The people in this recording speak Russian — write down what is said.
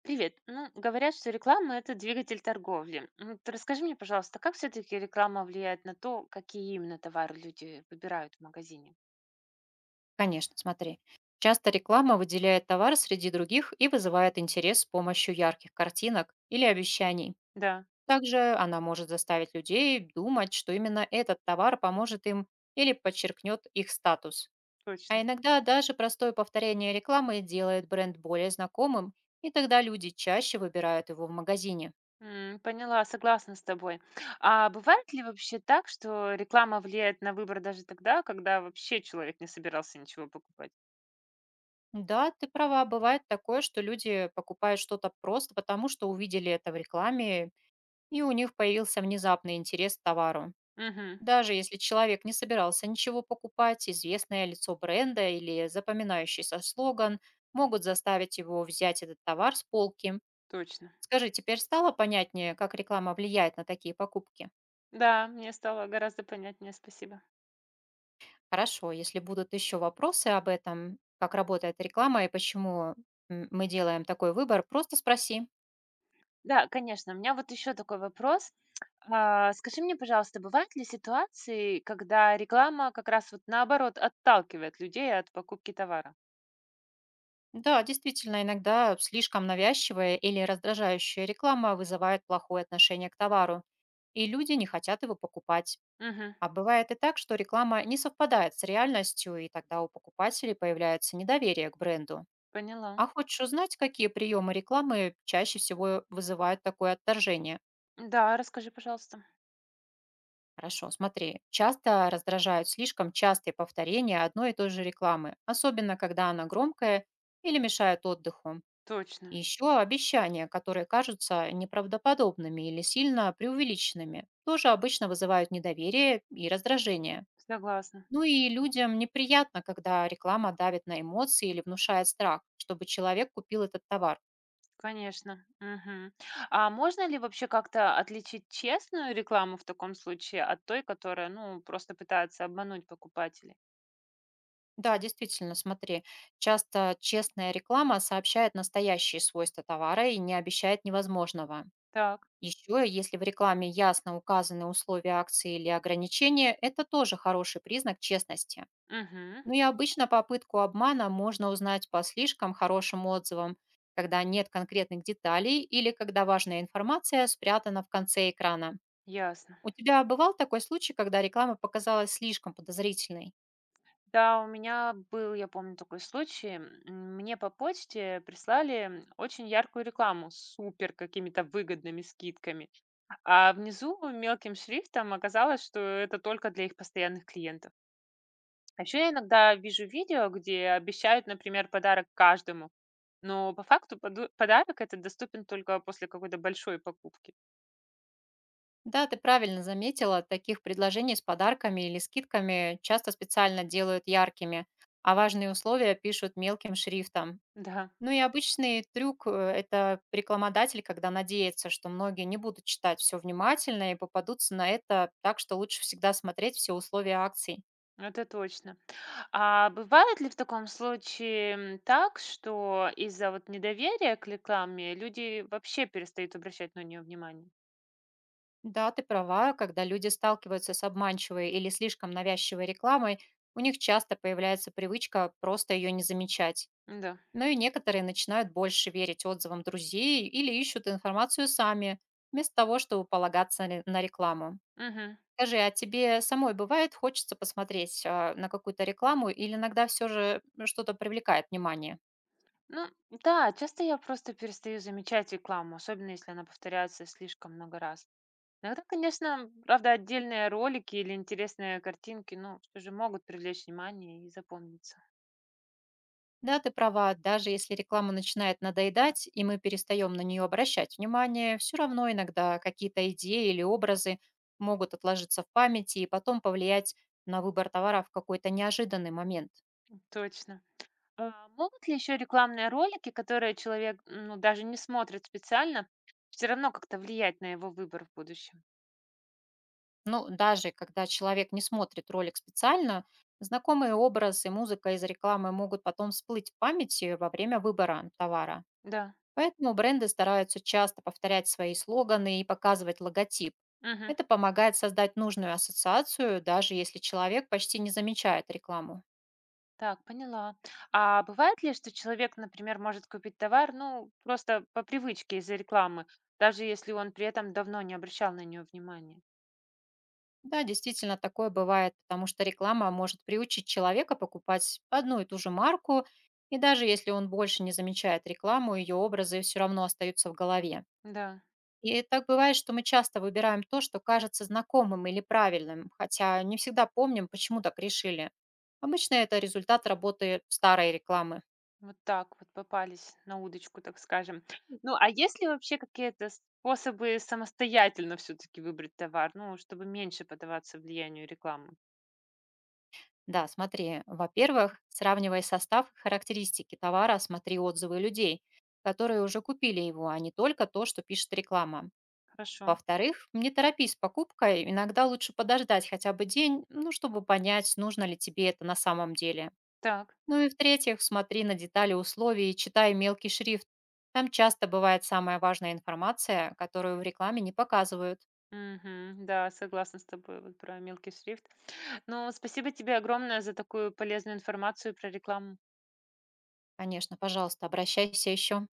Привет. Ну, говорят, что реклама – это двигатель торговли. Ты расскажи мне, пожалуйста, как все-таки реклама влияет на то, какие именно товары люди выбирают в магазине? Конечно, смотри. Часто реклама выделяет товар среди других и вызывает интерес с помощью ярких картинок или обещаний. Да, Также она может заставить людей думать, что именно этот товар поможет им или подчеркнет их статус. А точно. иногда даже простое повторение рекламы делает бренд более знакомым, и тогда люди чаще выбирают его в магазине. Поняла, согласна с тобой. А бывает ли вообще так, что реклама влияет на выбор даже тогда, когда вообще человек не собирался ничего покупать? Да, ты права, бывает такое, что люди покупают что-то просто потому, что увидели это в рекламе, и у них появился внезапный интерес к товару. Угу, Даже если человек не собирался ничего покупать, известное лицо бренда или запоминающийся слоган могут заставить его взять этот товар с полки. точно. Скажи, теперь стало понятнее, как реклама влияет на такие покупки? Да, мне стало гораздо понятнее, спасибо. Хорошо, если будут еще вопросы об этом, как работает реклама и почему мы делаем такой выбор, просто спроси. Да, конечно. У меня вот еще такой вопрос. А, скажи мне, пожалуйста, бывают ли ситуации, когда реклама как раз вот наоборот отталкивает людей от покупки товара? Да, действительно, иногда слишком навязчивая или раздражающая реклама вызывает плохое отношение к товару, и люди не хотят его покупать. Мгм. А бывает и так, что реклама не совпадает с реальностью, и тогда у покупателей появляется недоверие к бренду. Поняла. А хочешь узнать, какие приемы рекламы чаще всего вызывают такое отторжение? Да, расскажи, пожалуйста. Хорошо, смотри. Часто раздражают слишком частые повторения одной и той же рекламы, особенно когда она громкая или мешает отдыху. Точно. И еще обещания, которые кажутся неправдоподобными или сильно преувеличенными, тоже обычно вызывают недоверие и раздражение. Согласна. Ну и людям неприятно, когда реклама давит на эмоции или внушает страх, чтобы человек купил этот товар. Конечно. Мгм. А можно ли вообще как-то отличить честную рекламу в таком случае от той, которая, ну, просто пытается обмануть покупателей? Да, действительно, смотри, часто честная реклама сообщает настоящие свойства товара и не обещает невозможного. Так. Еще, если в рекламе ясно указаны условия акции или ограничения, это тоже хороший признак честности. Угу. Ну и обычно попытку обмана можно узнать по слишком хорошим отзывам, когда нет конкретных деталей или когда важная информация спрятана в конце экрана. Ясно. У тебя бывал такой случай, когда реклама показалась слишком подозрительной? Да, у меня был, я помню, такой случай. Мне по почте прислали очень яркую рекламу с супер какими-то выгодными скидками. А внизу мелким шрифтом оказалось, что это только для их постоянных клиентов. А еще я иногда вижу видео, где обещают, например, подарок каждому. Но по факту подарок этот доступен только после какой-то большой покупки. Да, ты правильно заметила, таких предложений с подарками или скидками часто специально делают яркими, а важные условия пишут мелким шрифтом. Да, Ну и обычный трюк– это рекламодатель, когда надеется, что многие не будут читать все внимательно и попадутся на это, так что лучше всегда смотреть все условия акций. это точно. А бывает ли в таком случае так, что из-за вот недоверия к рекламе люди вообще перестают обращать на нее внимание? Да, ты права, когда люди сталкиваются с обманчивой или слишком навязчивой рекламой, у них часто появляется привычка просто ее не замечать. Да. Но и некоторые начинают больше верить отзывам друзей или ищут информацию сами, вместо того, чтобы полагаться на рекламу. Мгм. Скажи, а тебе самой бывает хочется посмотреть на какую-то рекламу или иногда все же ну, что-то привлекает внимание? Ну, да, часто я просто перестаю замечать рекламу, особенно если она повторяется слишком много раз. Иногда, конечно, правда, отдельные ролики или интересные картинки, ну, все же могут привлечь внимание и запомниться. Да, ты права, даже если реклама начинает надоедать, и мы перестаем на нее обращать внимание, все равно иногда какие-то идеи или образы могут отложиться в памяти и потом повлиять на выбор товара в какой-то неожиданный момент. Точно. А, могут ли еще рекламные ролики, которые человек, ну, даже не смотрит специально, все равно как-то влиять на его выбор в будущем? Ну, даже когда человек не смотрит ролик специально, знакомые образы, и музыка из рекламы могут потом всплыть в памяти во время выбора товара. Да. Поэтому бренды стараются часто повторять свои слоганы и показывать логотип. Мгм. Это помогает создать нужную ассоциацию, даже если человек почти не замечает рекламу. Так, поняла. А бывает ли, что человек, например, может купить товар, ну, просто по привычке из-за рекламы, даже если он при этом давно не обращал на нее внимания? Да, действительно, такое бывает, потому что реклама может приучить человека покупать одну и ту же марку, и даже если он больше не замечает рекламу, ее образы все равно остаются в голове. Да, И так бывает, что мы часто выбираем то, что кажется знакомым или правильным, хотя не всегда помним, почему так решили. Обычно это результат работы старой рекламы. вот так вот попались на удочку, так скажем. Ну, а есть ли вообще какие-то способы самостоятельно все-таки выбрать товар, ну, чтобы меньше поддаваться влиянию рекламы? Да, смотри, во-первых, сравнивай состав и характеристики товара, смотри отзывы людей, которые уже купили его, а не только то, что пишет реклама. Хорошо. Во-вторых, не торопись с покупкой, иногда лучше подождать хотя бы день, ну, чтобы понять, нужно ли тебе это на самом деле. Так. Ну и в-третьих, смотри на детали условий и читай мелкий шрифт. Там часто бывает самая важная информация, которую в рекламе не показывают. Мгм. Да, согласна с тобой вот про мелкий шрифт. Ну, спасибо тебе огромное за такую полезную информацию про рекламу. Конечно, пожалуйста, обращайся еще.